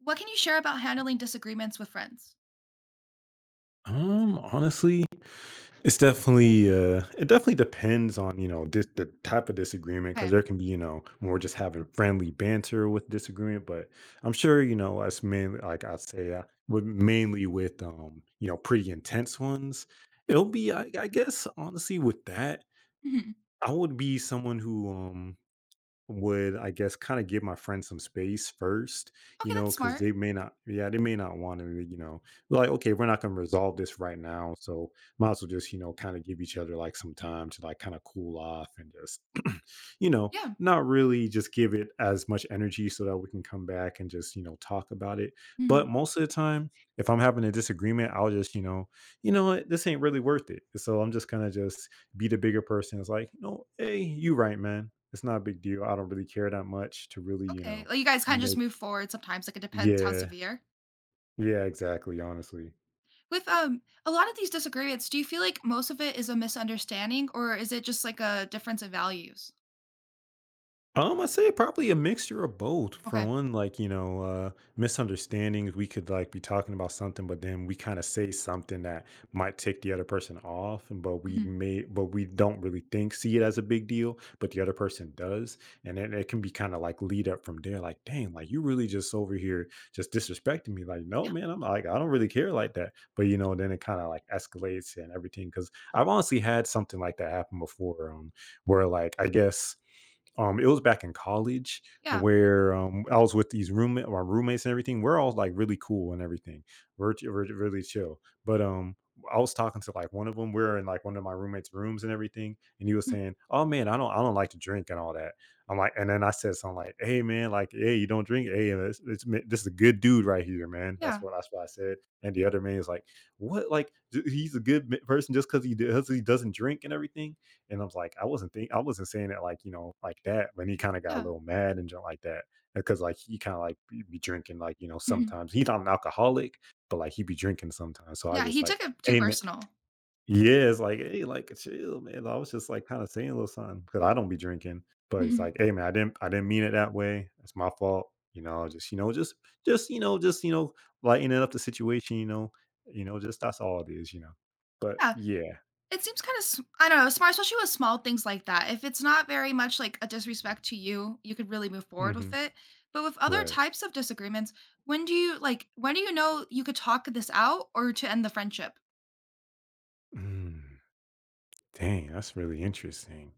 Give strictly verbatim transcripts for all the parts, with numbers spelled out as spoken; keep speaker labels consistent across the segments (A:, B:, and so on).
A: What can you share about handling disagreements with friends?
B: Um, honestly, it's definitely uh it definitely depends on, you know, dis- the type of disagreement, because
A: Okay.
B: there can be, you know, more just having friendly banter with disagreement. But I'm sure, you know, us mainly, like, I'd say uh, with mainly with um, you know, pretty intense ones, it'll be I, I guess honestly, with that,
A: Mhm.
B: I would be someone who um would, I guess, kind of give my friends some space first, you
A: Okay,
B: know,
A: that's
B: because
A: smart.
B: they may not, yeah, they may not want to, you know, like, okay, we're not going to resolve this right now. So might as well just, you know, kind of give each other like some time to like kind of cool off and just, you know,
A: Yeah.
B: not really just give it as much energy, so that we can come back and just, you know, talk about it. But
A: Mm.
B: most of the time, if I'm having a disagreement, I'll just, you know, you know what, this ain't really worth it. So I'm just kind of just, be the bigger person. It's like, no, hey, you right, man. It's not a big deal. I don't really care that much to really, you
A: Okay.
B: know,
A: Like you guys kinda just
B: make,
A: move forward sometimes, like, it depends how
B: yeah,
A: severe.
B: yeah, exactly, honestly.
A: With, um, a lot of these disagreements, do you feel like most of it is a misunderstanding, or is it just, like, a difference in values?
B: Um, I'd say probably a mixture of both. For
A: Okay.
B: one, like, you know, uh, misunderstandings, we could like be talking about something, but then we kind of say something that might tick the other person off, and but we
A: Mhm.
B: may, but we don't really think, see it as a big deal, but the other person does. And then it can be kind of like lead up from there, like, dang, like you really just over here just disrespecting me. Like, no,
A: Yeah,
B: man, I'm like, I don't really care like that. But, you know, then it kind of like escalates and everything. Cause I've honestly had something like that happen before, um, where, like, I guess, um, it was back in college
A: yeah.
B: where, um, I was with these roommate my roommates and everything. We're all, like, really cool and everything. We're ch we're really chill, but, um, I was talking to, like, one of them. 'em. We're in, like, one of my roommate's rooms and everything, and he was
A: Mm.
B: saying, "Oh, man, I don't I don't like to drink and all that." I'm like, and then I said something like, "Hey, man, like, hey, you don't drink? Hey, this this ma this is a good dude right here, man." That's
A: Yeah,
B: what that's what I said, and the other man is like, "What? Like, j he's a good m person just 'cause he does he doesn't drink and everything?" And I was like, I wasn't think I wasn't saying it like, you know, like that. But he kind of got a
A: yeah.
B: little mad and junk like that. Because like he kind of like be be drinking, like, you know,
A: Mhm.
B: sometimes he's not an alcoholic, but like he be drinking sometimes. So I
A: Yeah,
B: just
A: he
B: like,
A: took it too
B: hey man,
A: personal.
B: yeah, it's like, hey, like chill, man. I was just like kind of saying a little something because I don't be drinking. But it's
A: Mhm.
B: like, hey man, I didn't I didn't mean it that way. It's my fault. You know, just you know, just just you know, just you know, lightening up the situation, you know, you know, just that's all it is, you know. But
A: Yeah.
B: yeah.
A: It seems kind of, I don't know, smart, especially with small things like that. If it's not very much like a disrespect to you, you could really move forward
B: Hmm.
A: with it. But with other
B: Right.
A: types of disagreements, when do you like, when do you know you could talk this out or to end the friendship?
B: Mm. Dang, that's really interesting.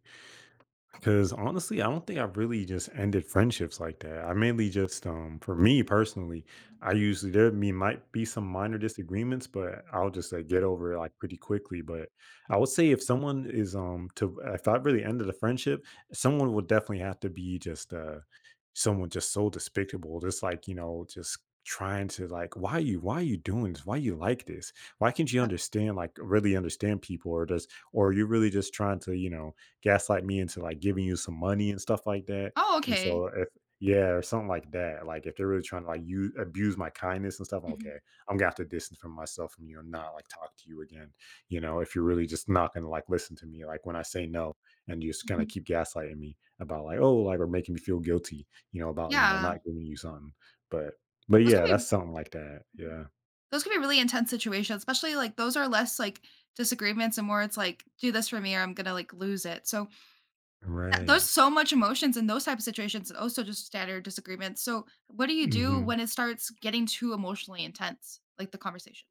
B: Because honestly, I don't think I've really just ended friendships like that. I mainly just, um, for me personally, I usually there me might be some minor disagreements, but I'll just like get over it like pretty quickly. But I would say if someone is um to if I really ended a friendship, someone would definitely have to be just uh someone just so despicable, just like, you know, just trying to like, why you, why are you doing this, why you like this, why can't you
A: Uh,
B: understand, like, really understand people, or just, or you're really just trying to, you know, gaslight me into, like, giving you some money and stuff like that,
A: Oh,
B: and
A: okay.
B: so if yeah, or something like that, like, if they're really trying to, like, u abuse my kindness and stuff,
A: Mhm,
B: okay, I'm gonna have to distance from myself from you and not, like, talk to you again, you know, if you're really just not gonna, like, listen to me, like, when I say no, and you just gonna
A: mhm.
B: keep gaslighting me about, like, oh, like, or making me feel guilty, you know, about, you know,
A: Yeah,
B: not giving you something, but but
A: those could
B: yeah,
A: be
B: that's something like that,
A: mm-hmm.
B: yeah.
A: those could be really intense situations, especially like those are less like disagreements and more it's like, do this for me or I'm gonna like lose it. So that there's
B: Right.
A: so much emotions in those type of situations and also just standard disagreements. So, what do you do
B: Mhm.
A: when it starts getting too emotionally intense, like the conversation?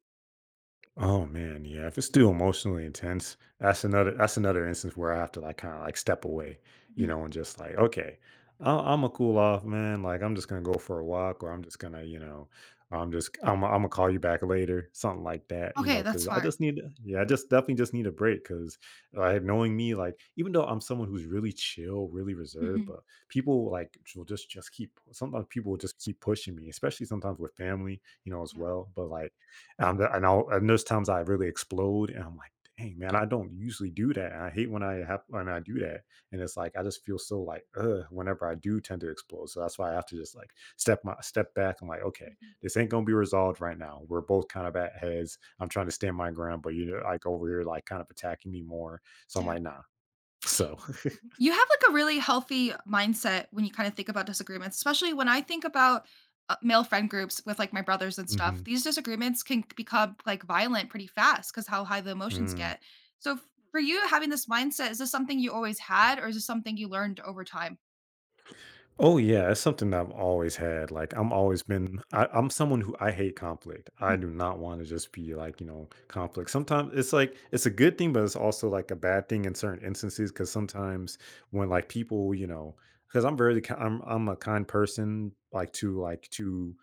B: Oh man, yeah. If it's too emotionally intense, that's another that's another instance where I have to like kind of like step away, you
A: Mhm.
B: know, and just like, okay, I'm, I'm gonna cool off, man. Like I'm just gonna go for a walk, or I'm just gonna, you know, I'm just I'm I'm gonna call you back later, something like that, you
A: Okay,
B: know,
A: that's
B: because I
A: smart.
B: just need, yeah, I just definitely just need a break, because like knowing me, like even though I'm someone who's really chill, really reserved,
A: Mhm.
B: but people like will just just keep, sometimes people will just keep pushing me, especially sometimes with family, you know, as
A: Yeah.
B: well, but like. And the and I'll, and there's times I really explode and I'm like, "Dang, man, I don't usually do that." And I hate when I have when I do that. And it's like I just feel so like, ugh, whenever I do tend to explode. So that's why I have to just like step my step back. I'm like, okay,
A: Mhm.
B: this ain't gonna be resolved right now. We're both kind of at heads. I'm trying to stand my ground, but you're like over here like kind of attacking me more. So I'm
A: Yeah.
B: like, nah. So
A: You have like a really healthy mindset when you kind of think about disagreements, especially when I think about uh, male friend groups with like my brothers and stuff.
B: mhm.
A: These disagreements can become like violent pretty fast because how high the emotions
B: Mm.
A: get. So, f- for you having this mindset, is this something you always had, or is this something you learned over time?
B: Oh yeah, it's something that I've always had. Like I'm always been I, I'm someone who, I hate conflict. I
A: Mhm.
B: do not want to just be like, you know, conflict. Sometimes it's like it's a good thing, but it's also like a bad thing in certain instances, because sometimes when like people, you know, because I'm very ki- I'm I'm a kind person, like to like to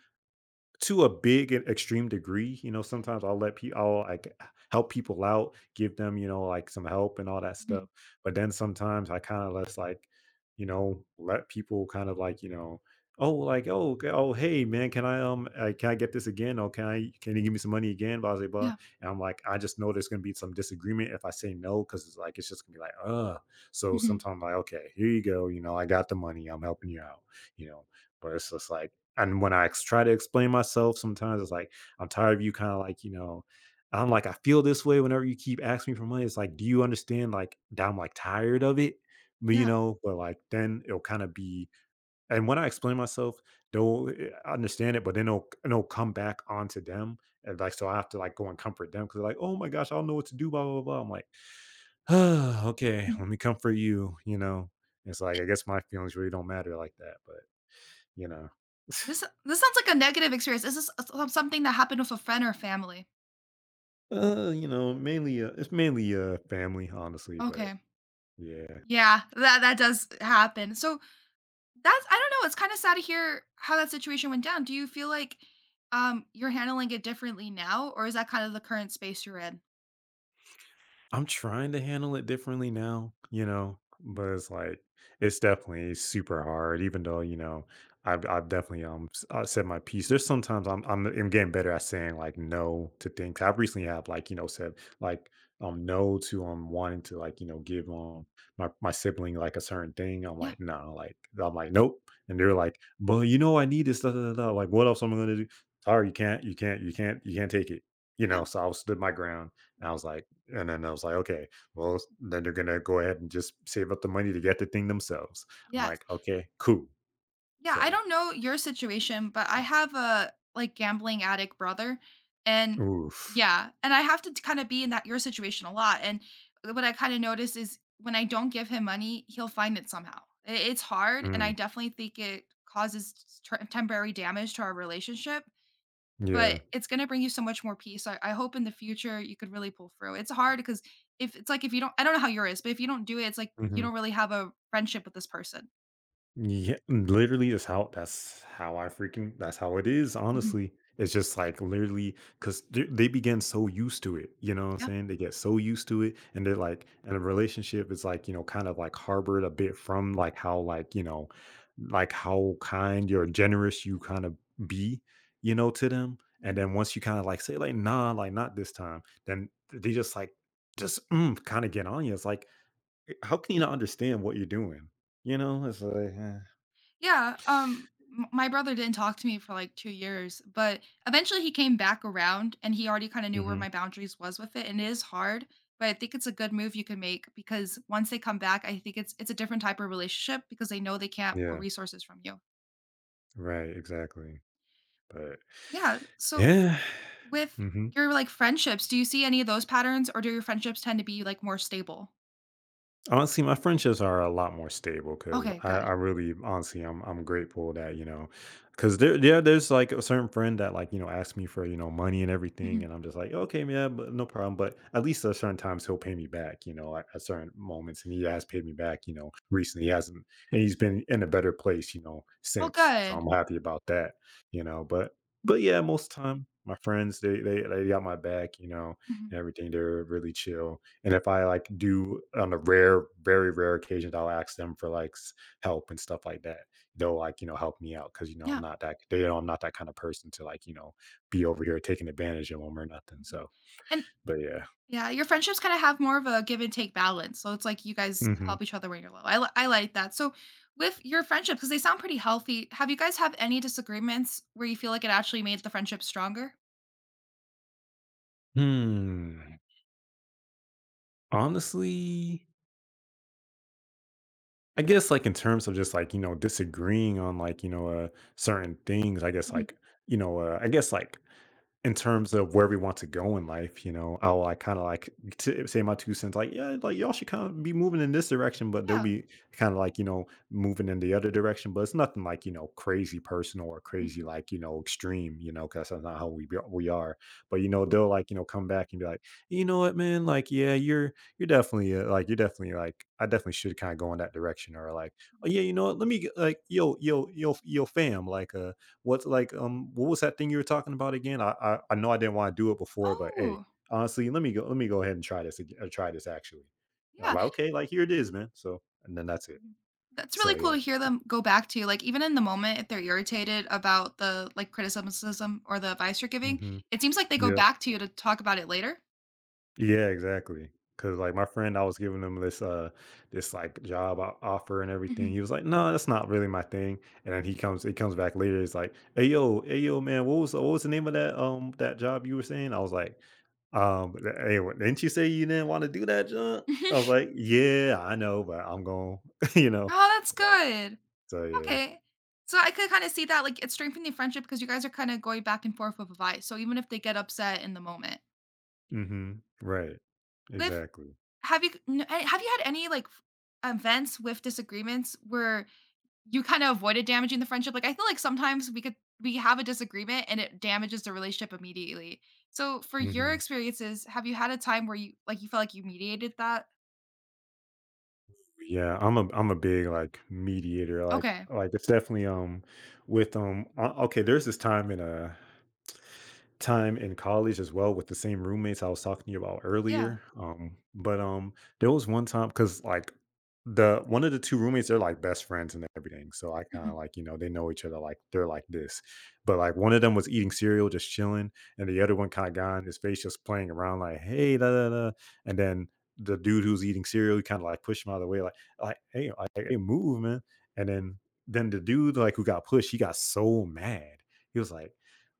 B: to a big and extreme degree, you know, sometimes I'll let people, I'll like help people out, give them, you know, like some help and all that stuff.
A: Okay.
B: But then sometimes I kind of let's like, you know, let people kind of like, you know, oh, like, oh, okay, oh, hey, man, can I, um, uh, can I get this again? Or can I, can you give me some money again? Blah, blah, blah.
A: Yeah.
B: And I'm like, I just know there's going to be some disagreement if I say no, cause it's like, it's just gonna be like, uh, so
A: Mhm.
B: sometimes I'm like, okay, here you go. You know, I got the money. I'm helping you out, you know, but it's just like, and when I ex- try to explain myself, sometimes it's like, I'm tired of you kind of like, you know, I'm like, I feel this way whenever you keep asking me for money. It's like, do you understand? Like, that I'm like tired of it, but you
A: Yeah.
B: know, but like, then it'll kind of be, and when I explain myself, they'll eh, understand it, but then it'll, it'll come back onto them. And like, so I have to like go and comfort them because they're like, oh my gosh, I don't know what to do, blah, blah, blah, blah. I'm like, okay,
A: Mm.
B: let me comfort you, you know. It's like
A: Eh,
B: I guess my feelings really don't matter like that, but you know.
A: this this sounds like a negative experience. Is this s s something that happened with a friend or family?
B: Uh, you know, mainly, uh, it's mainly, uh, family, honestly, but
A: Okay.
B: yeah.
A: Yeah, that that does happen. So, that's I don't know, it's kinda sad to hear how that situation went down. Do you feel like, um, you're handling it differently now, or is that kind of the current space you're in?
B: I'm trying to handle it differently now, you know,
A: Mhm.
B: but it's like it's definitely super hard. Even though, you know, I've I've definitely um s- uh, said my piece. There's sometimes I'm I'm I'm getting better at saying like no to things. I've recently have like, you know, said like um no to um wanting to like, you know, give um my my sibling like a certain thing. I'm
A: Yeah,
B: like no, like I'm like nope, and they're like, but you know I need this. Da, da, da, da. Like what else am I gonna do? Sorry, you can't, you can't, you can't, you can't take it. You
A: yeah,
B: know, so I stood my ground, and I was like, and then I was like, okay, well, then they're gonna go ahead and just save up the money to get the thing themselves. I'm
A: yeah.
B: like, okay, cool.
A: Yeah, I
B: So,
A: don't know your situation, but I have a like gambling addict brother, and
B: oof,
A: yeah, and I have to kind of be in that your situation a lot, and what I kind of notice is when I don't give him money, he'll find it somehow. I- It's hard, and I
B: mm,
A: definitely think it causes tr- temporary damage to our relationship,
B: yeah,
A: but it's going to bring you so much more peace. I, I hope in the future you could really pull through. It's hard because, if it's like if you don't, I don't know how yours is, but if you don't do it, it's like you
B: mhm.
A: don't really have a friendship with this person.
B: Yeah, literally that's how that's how I freaking that's how it is,
A: Mhm.
B: honestly. It's just like literally because they they begin so used to it, you know what I'm
A: Yeah.
B: saying? They get so used to it, and they're like, and a relationship is like, you know, kind of like harbored a bit from like how, like, you know, like how kind or generous you kind of be, you know, to them. And
A: Mm-hmm.
B: then once you kind of like say, like, nah, like, not this time, then they just like, just mm, kind of get on you. It's like, how can you not understand what you're doing? You know, it's like, eh.
A: Yeah, um, m my brother didn't talk to me for, like, two years, but eventually he came back around, and he already kinda knew where
B: Mhm.
A: my boundaries was with it, and it is hard, but I think it's a good move you can make because once they come back, I think it's it's a different type of relationship because they know they can't pull
B: Yeah.
A: resources from you.
B: Right. Exactly. But
A: Yeah, so
B: yeah.
A: with
B: Mhm.
A: your, like, friendships, do you see any of those patterns, or do your friendships tend to be, like, more stable?
B: Honestly, my friendships are a lot more stable because
A: Okay,
B: I, I
A: good.
B: really honestly I'm I'm grateful that you know because there yeah there's like a certain friend that like you know asks me for you know money and everything,
A: Mhm.
B: and I'm just like okay man but no problem, but at least at certain times he'll pay me back you know at, at certain moments, and he has paid me back you know recently he hasn't, and he's been in a better place you know
A: Oh,
B: since, so
A: good.
B: I'm happy about that you know but but yeah most time my friends they they they got my back you know
A: Mhm.
B: and everything, they're really chill. And if I like do on a rare, very rare occasions, I'll ask them for like s- help and stuff like that. They'll like, you know, help me out because, you know, I'm
A: Yeah,
B: not that, they know I'm not that kind of person to like, you know, be over here taking advantage of them or nothing.
A: mhm,
B: So,
A: and
B: but yeah.
A: yeah, your friendships kinda have more of a give and take balance, so it's like you guys
B: hmm
A: help each other when you're low. I li I like that. So, with your friendships, because they sound pretty healthy, have you guys have any disagreements where you feel like it actually made the friendship stronger?
B: Hmm. Honestly, I guess like in terms of just like, you know, disagreeing on like, you know, uh, certain things, I guess
A: Mhm.
B: like, you know, uh, I guess like in terms of where we want to go in life, you know, I'll like kind of like t- say my two cents, like, yeah, like y'all should kind of be moving in this direction, but they'll
A: Yeah.
B: be kind of like, you know, moving in the other direction. But it's nothing like, you know, crazy personal or crazy,
A: Mhm,
B: like, you know, extreme, you know, because that's not how we, be, we are. But, you know, they'll like, you know, come back and be like, you know what, man, like, yeah, you're, you're definitely uh, like, you're definitely like, I definitely should kind of go in that direction, or like, oh,
A: mhm.
B: yeah, you know what, let me get, like, yo, yo, yo, yo, fam, like, uh, what's like um what was that thing you were talking about again? I I, I know I didn't want to do it before, but hey,
A: Oh,
B: honestly, let me go let me go ahead and try this again, or try this actually. And I'm
A: yeah.
B: like, okay, like here it is, man. So and then that's it.
A: Mhm. That's
B: So
A: really cool
B: yeah.
A: to hear them go back to you, like, even in the moment, if they're irritated about the, like, criticism or the advice you're giving,
B: hmm
A: it seems like they go
B: Yeah.
A: back to you to talk about it later?
B: Yeah, exactly. Cause like my friend, I was giving him this uh this like job o- offer and everything.
A: Mhm.
B: He was like, "No, that's not really my thing." And then he comes, he comes back later. It's like, "Hey yo, hey yo, man, what was what was the name of that um that job you were saying?" I was like, "Um, th- hey, wh- didn't you say you didn't want to do that job?" I was like, "Yeah, I know, but I'm going, you know,
A: Oh, that's
B: like
A: good.
B: so yeah,
A: Okay. So I could kind of see that, like, it's strengthening friendship because you guys are kind of going back and forth with advice. So even if they get upset in the moment,
B: mm-hmm, right,
A: with
B: exactly."
A: have you n- a- have you had any like f- events with disagreements where you kind of avoided damaging the friendship? Like I feel like sometimes we could we have a disagreement and it damages the relationship immediately. So for your
B: Mm-hmm.
A: experiences, have you had a time where you like you felt like you mediated that?
B: Yeah, I'm a I'm a big like mediator. Like
A: Okay.
B: like it's definitely um with um o- okay, there's this time in a time in college as well with the same roommates I was talking to you about
A: Yeah.
B: earlier. Um, but um There was one time because like the one of the two roommates, they're like best friends and everything. So I kind
A: Mhm.
B: of like, you know, they know each other like they're like this. But like one of them was eating cereal, just chilling, and the other one kind of got in his face just playing around, like, hey, da da da. And then the dude who's eating cereal, kind of like pushed him out of the way, like like, hey, like, hey, move, man. And then then the dude like who got pushed, he got so mad. He was like,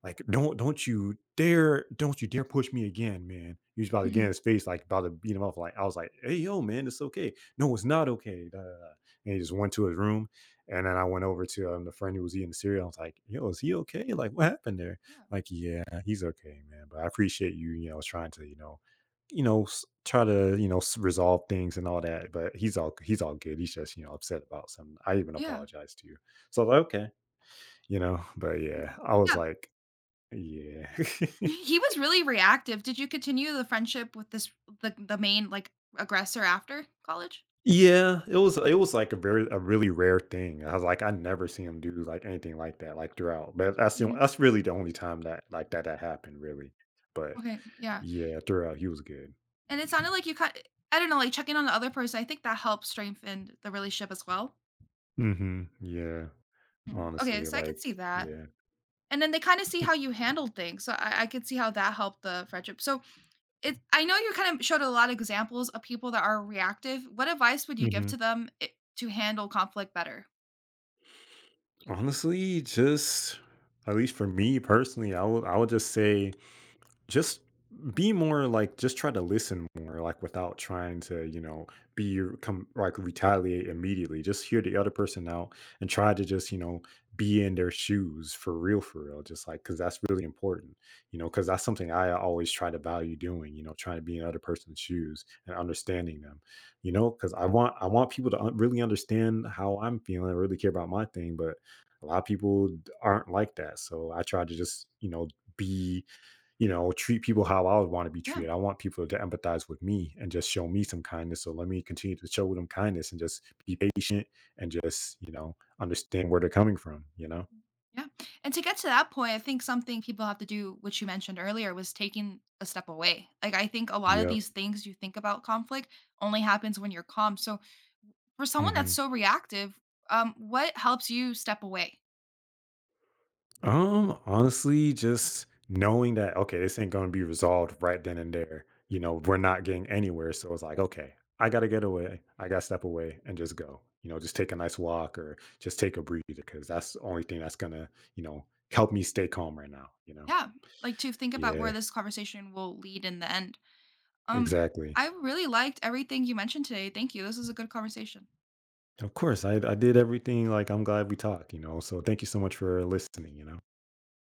B: like, don't don't you dare, don't you dare push me again, man. He was about to get in
A: Mhm.
B: his face, like about to beat him up. Like I was like, hey yo, man, it's okay. No, it's not okay. Da, da, da." And he just went to his room. And then I went over to um, the friend who was eating the cereal. I was like, yo, is he okay? Like, what happened there?
A: Yeah.
B: Like, yeah, he's okay, man. But I appreciate you, you know, trying to, you know, you know, s- try to, you know, s- resolve things and all that. But he's all he's all good. He's just, you know, upset about something. I even
A: Yeah.
B: apologized to you. So I was like, okay, you know, but yeah, I was
A: Yeah.
B: like, yeah.
A: He was really reactive. Did you continue the friendship with this the the main, like, aggressor after college?
B: Yeah, it was it was like a very a really rare thing. I was like, I never see him do like anything like that, like throughout. But that's the,
A: Mhm.
B: that's really the only time that like that that happened, really. But
A: Okay, yeah,
B: yeah, throughout he was good.
A: and it sounded like you cut. I don't know, like, checking on the other person, I think that helps strengthen the relationship as well.
B: hmm Yeah,
A: Mm. Okay,
B: honestly,
A: so I could see
B: like
A: that,
B: yeah.
A: and then they kinda see how you handled things, so I I could see how that helped the friendship. So, it I know you kind of showed a lot of examples of people that are reactive. What advice would you give
B: Mhm.
A: to them I to handle conflict better?
B: Honestly, just at least for me personally, I would I would just say just be more like just try to listen more like without trying to you know be come like retaliate immediately, just hear the other person out and try to just you know be in their shoes for real for real just like because that's really important, you know, because that's something I always try to value doing, you know, trying to be in other person's shoes and understanding them, you know, because i want I want people to un- really understand how I'm feeling, really care about my thing, but a lot of people aren't like that, so I try to just you know be you know, treat people how I would want to be
A: Yeah.
B: treated. I want people to empathize with me and just show me some kindness. So let me continue to show them kindness and just be patient and just, you know, understand where they're coming from, you know?
A: Yeah. And to get to that point, I think something people have to do, which you mentioned earlier, was taking a step away. Like I think a lot of
B: Yep.
A: these things you think about conflict only happens when you're calm. So for someone that's
B: hmm
A: so reactive, um, what helps you step away?
B: Um, honestly, just knowing that, okay, this ain't going to be resolved right then and there. You know, we're not getting anywhere. So it's like, okay, I got to get away. I got to step away and just go, you know, just take a nice walk or just take a breather because that's the only thing that's going to, you know, help me stay calm right now, you know?
A: Yeah. Like to think about where
B: Yeah.
A: this conversation will lead in the end. Um,
B: Exactly.
A: I really liked everything you mentioned today. Thank you. This was a good conversation.
B: Of course, I I did everything, like, I'm glad we talked, you know, so thank you so much for listening, you know?